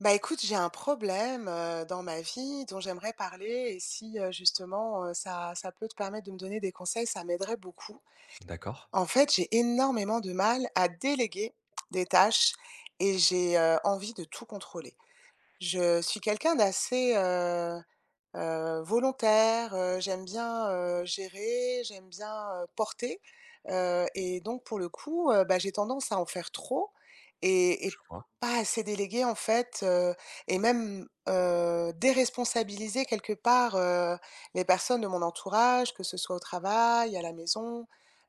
Bah écoute, j'ai un problème dans ma vie dont j'aimerais parler, et si justement ça peut te permettre de me donner des conseils, ça m'aiderait beaucoup. D'accord, En fait, j'ai énormément de mal à déléguer des tâches et j'ai envie de tout contrôler. Je suis quelqu'un d'assez volontaire, j'aime bien, gérer, j'aime bien, porter, et donc pour le coup, j'ai tendance à en faire trop et je vois. pas assez déléguer en fait, et même, déresponsabiliser quelque part, les personnes de mon entourage, que ce soit au travail, à la maison,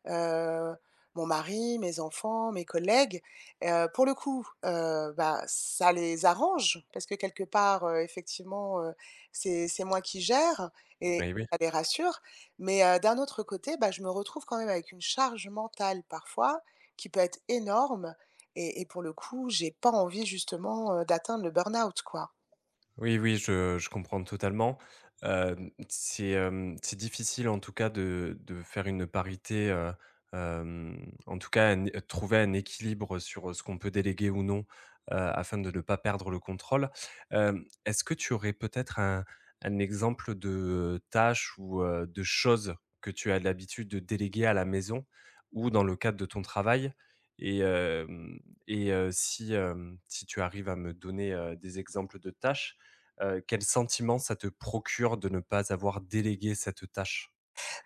heu, mon mari, mes enfants, mes collègues. Pour le coup, ça les arrange parce que quelque part, effectivement, c'est moi qui gère, et Oui, oui, ça les rassure. Mais d'un autre côté, bah, je me retrouve quand même avec une charge mentale parfois qui peut être énorme, et pour le coup, j'ai pas envie justement, d'atteindre le burn-out, quoi. oui. Oui, je comprends totalement. C'est, c'est difficile en tout cas de faire une parité, en tout cas un trouver un équilibre sur, ce qu'on peut déléguer ou non, afin de ne pas perdre le contrôle. Est-ce que tu aurais peut-être un exemple de, tâche ou, de choses que tu as l'habitude de déléguer à la maison ou dans le cadre de ton travail? Et hem et si, si tu arrives à me donner, des exemples de tâches, quel sentiment ça te procure de ne pas avoir délégué cette tâche?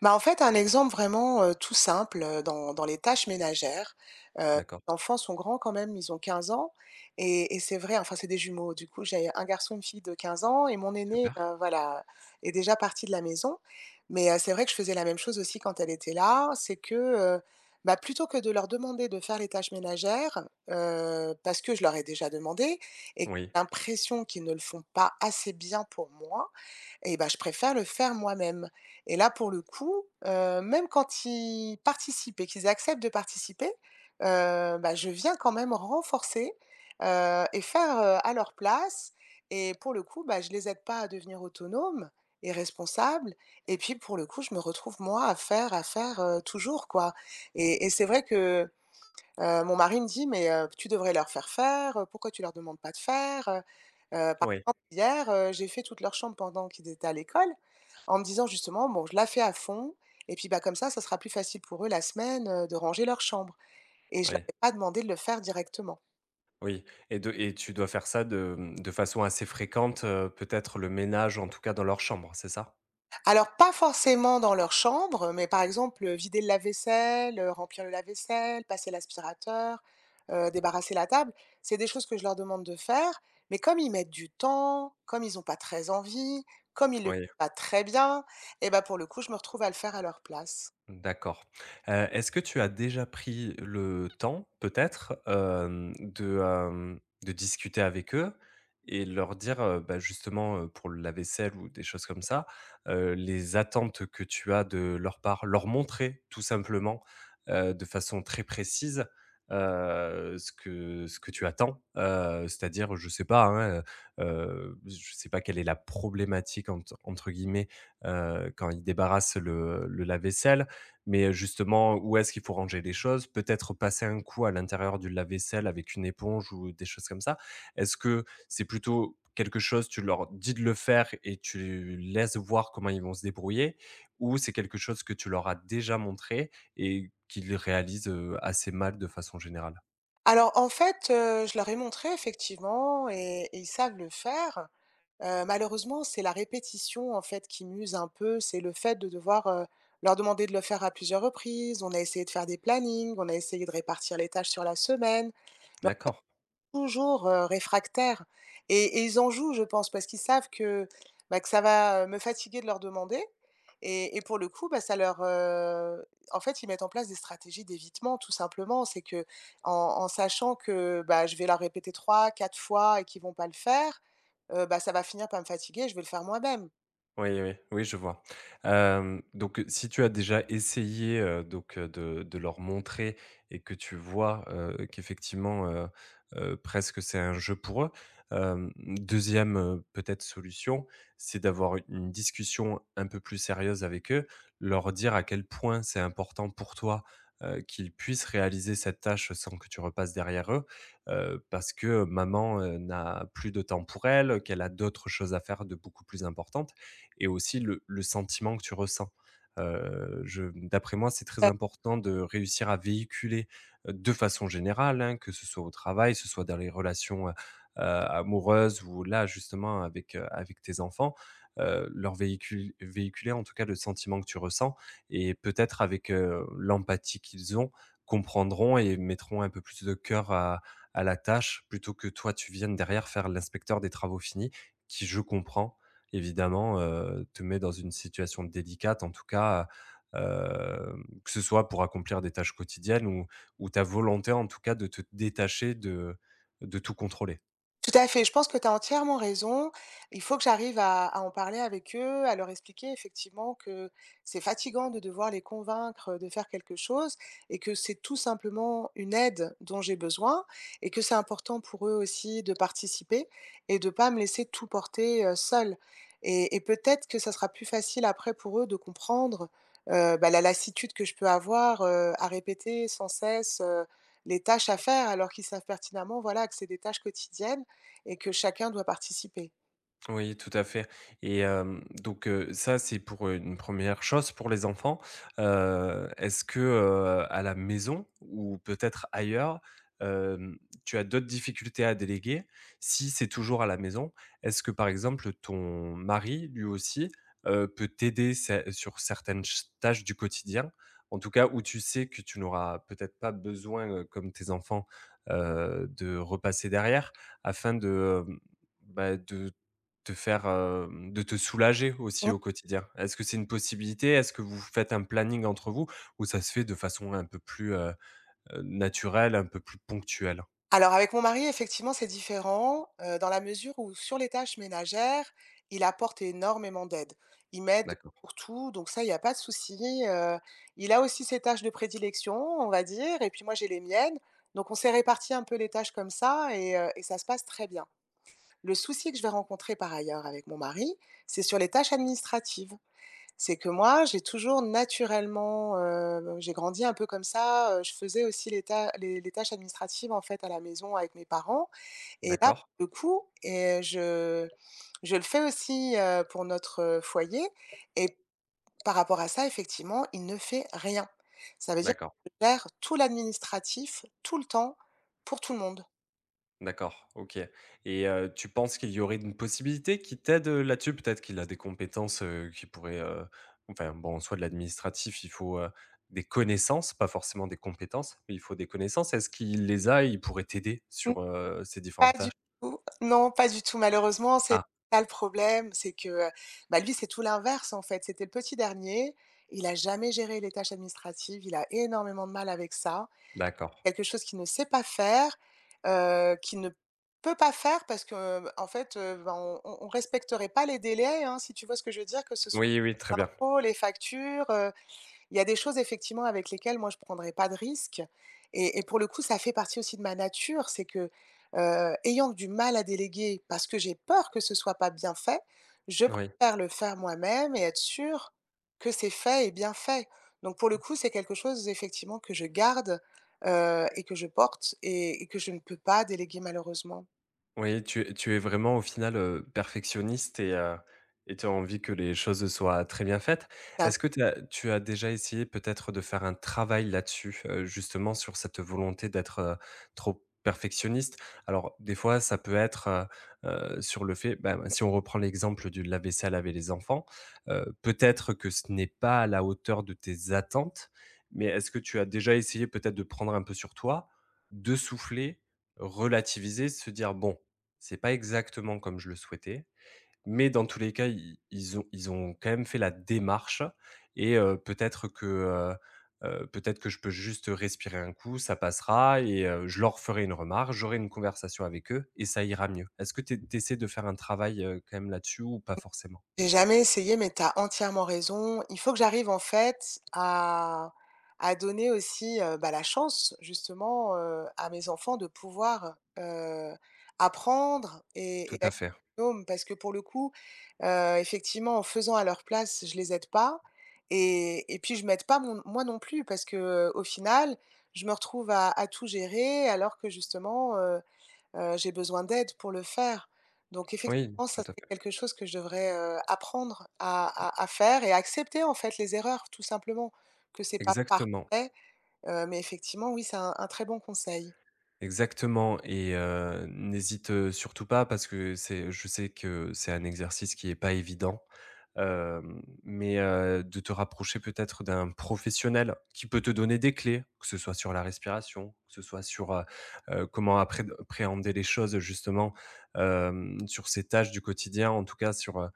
Bah, en fait, un exemple vraiment, tout simple, dans les tâches ménagères, heu, D'accord, les enfants sont grands quand même, ils ont 15 ans, et c'est vrai, enfin, c'est des jumeaux. Du coup, j'ai un garçon et une fille de 15 ans, et mon aîné, super. Voilà, est déjà parti de la maison. Mais, c'est vrai que je faisais la même chose aussi quand elle était là. C'est que, bah, plutôt que de leur demander de faire les tâches ménagères, parce que je leur ai déjà demandé et que Oui, j'ai l'impression qu'ils ne le font pas assez bien pour moi, et ben je préfère le faire moi-même. Et là, pour le coup, même quand ils participent et qu'ils acceptent de participer, bah, je viens quand même renforcer, et faire, à leur place, et pour le coup, bah, je les aide pas à devenir autonomes et responsables. Et puis, pour le coup, je me retrouve moi à faire, toujours quoi, et c'est vrai que mon mari me dit: «Mais tu devrais leur faire faire, pourquoi tu leur demandes pas de faire ?» Par oui, exemple hier, j'ai fait toute leur chambre pendant qu'ils étaient à l'école, en me disant justement: «Bon, je la fais à fond, et puis, bah, comme ça sera plus facile pour eux la semaine, de ranger leur chambre», et je leur oui, ai pas demandé de le faire directement. oui et de et tu dois faire ça de, de façon assez fréquente, peut-être le ménage, en tout cas dans leur chambre, c'est ça? Alors, pas forcément dans leur chambre, mais par exemple, vider le lave-vaisselle, remplir le lave-vaisselle, passer l'aspirateur, débarrasser la table. C'est des choses que je leur demande de faire, mais comme ils mettent du temps, comme ils n'ont pas très envie, comme ils le font Oui. pas très bien, et bah, pour le coup, je me retrouve à le faire à leur place. D'accord. Est-ce que tu as déjà pris le temps, peut-être, de, de discuter avec eux et leur dire, bah, justement, pour la vaisselle ou des choses comme ça, les attentes que tu as de leur part? Leur montrer, tout simplement, de façon très précise, ce que tu attends, c'est-à-dire, je sais pas, hein, heu je sais pas quelle est la «problématique» entre entre guillemets, quand ils débarrassent le lave-vaisselle, mais, justement, où est-ce qu'il faut ranger les choses? Peut-être passer un coup à l'intérieur du lave-vaisselle avec une éponge ou des choses comme ça. Est-ce que c'est plutôt quelque chose, tu leur dis de le faire et tu laisses voir comment ils vont se débrouiller? Ou c'est quelque chose que tu leur as déjà montré et qu'ils réalisent, assez mal de façon générale? Alors en fait, je leur ai montré effectivement et ils savent le faire. Malheureusement, c'est la répétition en fait qui m'use un peu. C'est le fait de devoir, leur demander de le faire à plusieurs reprises. On a essayé de faire des plannings, on a essayé de répartir les tâches sur la semaine, mais D'accord. toujours, réfractaires, et ils en jouent, je pense, parce qu'ils savent que, bah, que ça va, me fatiguer de leur demander, et pour le coup, bah, ça leur, en fait, ils mettent en place des stratégies d'évitement, tout simplement. C'est que en sachant que, bah, je vais leur répéter trois, quatre fois et qu'ils vont pas le faire, bah, ça va finir par me fatiguer, je vais le faire moi-même. Oui, oui, oui, je vois. Donc, si tu as déjà essayé, donc, de leur montrer et que tu vois, qu'effectivement, presque c'est un jeu pour eux, 2e, peut-être solution, c'est d'avoir une discussion un peu plus sérieuse avec eux, leur dire à quel point c'est important pour toi, qu'ils puissent réaliser cette tâche sans que tu repasses derrière eux. Parce que maman, n'a plus de temps pour elle, qu'elle a d'autres choses à faire de beaucoup plus importantes et aussi le sentiment que tu ressens. Je D'après moi, c'est très important de réussir à véhiculer, de façon générale, hein, que ce soit au travail, que ce soit dans les relations, amoureuses ou là, justement, avec, avec tes enfants, leur véhiculer, en tout cas, le sentiment que tu ressens et peut-être avec, l'empathie qu'ils ont, comprendront et mettront un peu plus de cœur à la tâche plutôt que toi, tu viennes derrière faire l'inspecteur des travaux finis qui, je comprends, évidemment, te met dans une situation délicate, en tout cas, heu, que ce soit pour accomplir des tâches quotidiennes ou ta volonté, en tout cas, de te détacher de tout contrôler. Tout à fait, je pense que tu as entièrement raison. Il faut que j'arrive à en parler avec eux, à leur expliquer effectivement que c'est fatigant de devoir les convaincre de faire quelque chose, et que c'est tout simplement une aide dont j'ai besoin, et que c'est important pour eux aussi de participer et de pas me laisser tout porter, seule, et peut-être que ça sera plus facile après pour eux de comprendre, bah, la lassitude que je peux avoir, à répéter sans cesse, les tâches à faire alors qu'ils savent pertinemment, voilà, que c'est des tâches quotidiennes et que chacun doit participer. Oui, tout à fait et donc ça, c'est pour une première chose pour les enfants. Est-ce que, à la maison ou peut-être ailleurs, hem, tu as d'autres difficultés à déléguer? Si c'est toujours à la maison, est-ce que, par exemple, ton mari, lui aussi, peut t'aider ce sur certaines ch tâches du quotidien? En tout cas, où tu sais que tu n'auras peut-être pas besoin, comme tes enfants, de repasser derrière afin de, bah, de te faire, de te soulager Mmh. aussi au quotidien? Est-ce que c'est une possibilité? Est-ce que vous faites un planning entre vous ou ça se fait de façon un peu plus, naturelle, un peu plus ponctuelle? Alors avec mon mari, effectivement, c'est différent, dans la mesure où sur les tâches ménagères, il apporte énormément d'aide. Il m'aide D'accord, pour tout, donc ça, il n'y a pas de souci, il a aussi ses tâches de prédilection, on va dire, et puis moi, j'ai les miennes, donc on s'est répartis un peu les tâches comme ça, et ça se passe très bien. Le souci que je vais rencontrer par ailleurs avec mon mari, c'est sur les tâches administratives. C'est que moi, j'ai toujours naturellement, j'ai grandi un peu comme ça, je faisais aussi les ta les tâches administratives, en fait, à la maison avec mes parents. Et là, d'accord, pour le coup, je le fais aussi, pour notre, foyer, et par rapport à ça, effectivement, il ne fait rien. Ça veut dire d'accord, que je gère tout l'administratif, tout le temps, pour tout le monde. d'accord, OK et tu penses qu'il y aurait une possibilité qui t'aide, là-dessus? Peut-être qu'il a des compétences, qui pourraient, enfin bon, en soi de l'administratif, il faut, des connaissances, pas forcément des compétences, mais il faut des connaissances. Est-ce qu'il les a et il pourrait t'aider sur, ces Pas différentes du tâches? tout. Non, pas du tout. Malheureusement, c'est Ah, ça le problème, c'est que, bah, lui, c'est tout l'inverse, en fait. C'était le petit dernier. Il a jamais géré les tâches administratives. Il a énormément de mal avec ça. d'accord. Quelque chose qu'il ne sait pas faire, qu'il ne peut pas faire parce que en fait, ben, on respecterait pas les délais, hein, si tu vois ce que je veux dire? Que ce soit Oui, oui, très bien. les factures, il y a des choses effectivement avec lesquelles moi je prendrais pas de risque, et pour le coup, ça fait partie aussi de ma nature. C'est que, ayant du mal à déléguer parce que j'ai peur que ce soit pas bien fait, je Oui. préfère le faire moi-même et être sûre que c'est fait et bien fait. Donc pour le coup, c'est quelque chose effectivement que je garde, et que je porte et que je ne peux pas déléguer malheureusement. Oui, tu es vraiment au final, perfectionniste et tu as envie que les choses soient très bien faites. Est-ce que tu as déjà essayé peut-être de faire un travail là-dessus, justement sur cette volonté d'être, trop perfectionniste? Alors des fois ça peut être, heu sur le fait, bah, si on reprend l'exemple du lave-vaisselle avec les enfants, peut-être que ce n'est pas à la hauteur de tes attentes, mais est-ce que tu as déjà essayé peut-être de prendre un peu sur toi, de souffler, relativiser, se dire: «Bon, c'est pas exactement comme je le souhaitais, mais dans tous les cas, i ils ont quand même fait la démarche et peut-être que je peux juste respirer un coup, ça passera et je leur ferai une remarque, j'aurai une conversation avec eux et ça ira mieux. Est-ce que tu essaies de faire un travail, quand même là-dessus ou pas forcément? J'ai jamais essayé, mais tu as entièrement raison. Il faut que j'arrive en fait à donner aussi, bah, la chance justement, à mes enfants de pouvoir, apprendre et Tout à être fait. autonomes. Parce que pour le coup, effectivement, en faisant à leur place, je les aide pas, et puis je m'aide pas mon moi non plus parce que, au final, je me retrouve à tout gérer alors que justement, j'ai besoin d'aide pour le faire. Donc Oui, effectivement, ça tout à c'est fait. quelque chose que je devrais, apprendre à faire et à accepter en fait les erreurs tout simplement, que c'est pas Exactement. parfait, mais effectivement oui, c'est un très bon conseil. Exactement et n'hésite, surtout pas parce que c'est je sais que c'est un exercice qui est pas évident, mais de te rapprocher peut-être d'un professionnel qui peut te donner des clés, que ce soit sur la respiration, que ce soit sur, comment appréhender les choses justement, sur ces tâches du quotidien, en tout cas sur, heu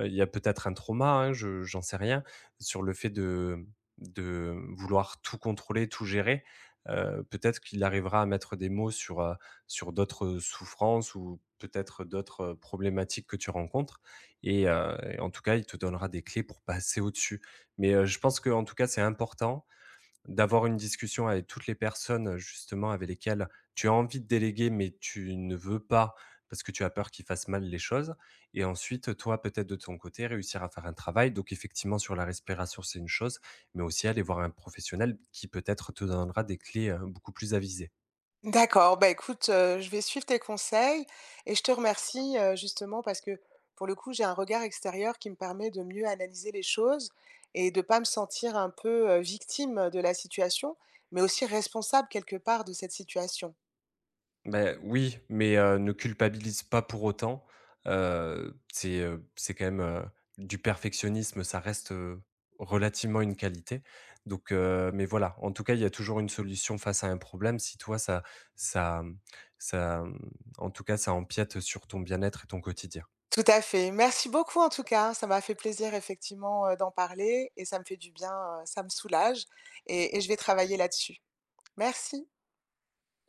heu, il y a peut-être un trauma, hein, je j'en sais rien, sur le fait de vouloir tout contrôler, tout gérer. Peut-être qu'il arrivera à mettre des mots sur, sur d'autres souffrances ou peut-être d'autres, problématiques que tu rencontres et en tout cas, il te donnera des clés pour passer au-dessus. Mais, je pense que en tout cas, c'est important d'avoir une discussion avec toutes les personnes, justement, avec lesquelles tu as envie de déléguer, mais tu ne veux pas parce que tu as peur qu'ils fassent mal les choses. Et ensuite, toi, peut-être de ton côté, réussir à faire un travail. Donc, effectivement, sur la respiration, c'est une chose, mais aussi aller voir un professionnel qui peut-être te donnera des clés beaucoup plus avisées. D'accord, bah, écoute, je vais suivre tes conseils et je te remercie, justement parce que, pour le coup, j'ai un regard extérieur qui me permet de mieux analyser les choses et de pas me sentir un peu, victime de la situation, mais aussi responsable quelque part de cette situation. Beh, oui, mais ne culpabilise pas pour autant. C'est, c'est quand même, du perfectionnisme, ça reste, relativement une qualité. Donc mais voilà, en tout cas, il y a toujours une solution face à un problème. Si toi, ça ça, ça, en tout cas, ça empiète sur ton bien-être et ton quotidien. Tout à fait. Merci beaucoup en tout cas, ça m'a fait plaisir effectivement, d'en parler et ça me fait du bien, ça me soulage, et je vais travailler là-dessus. Merci.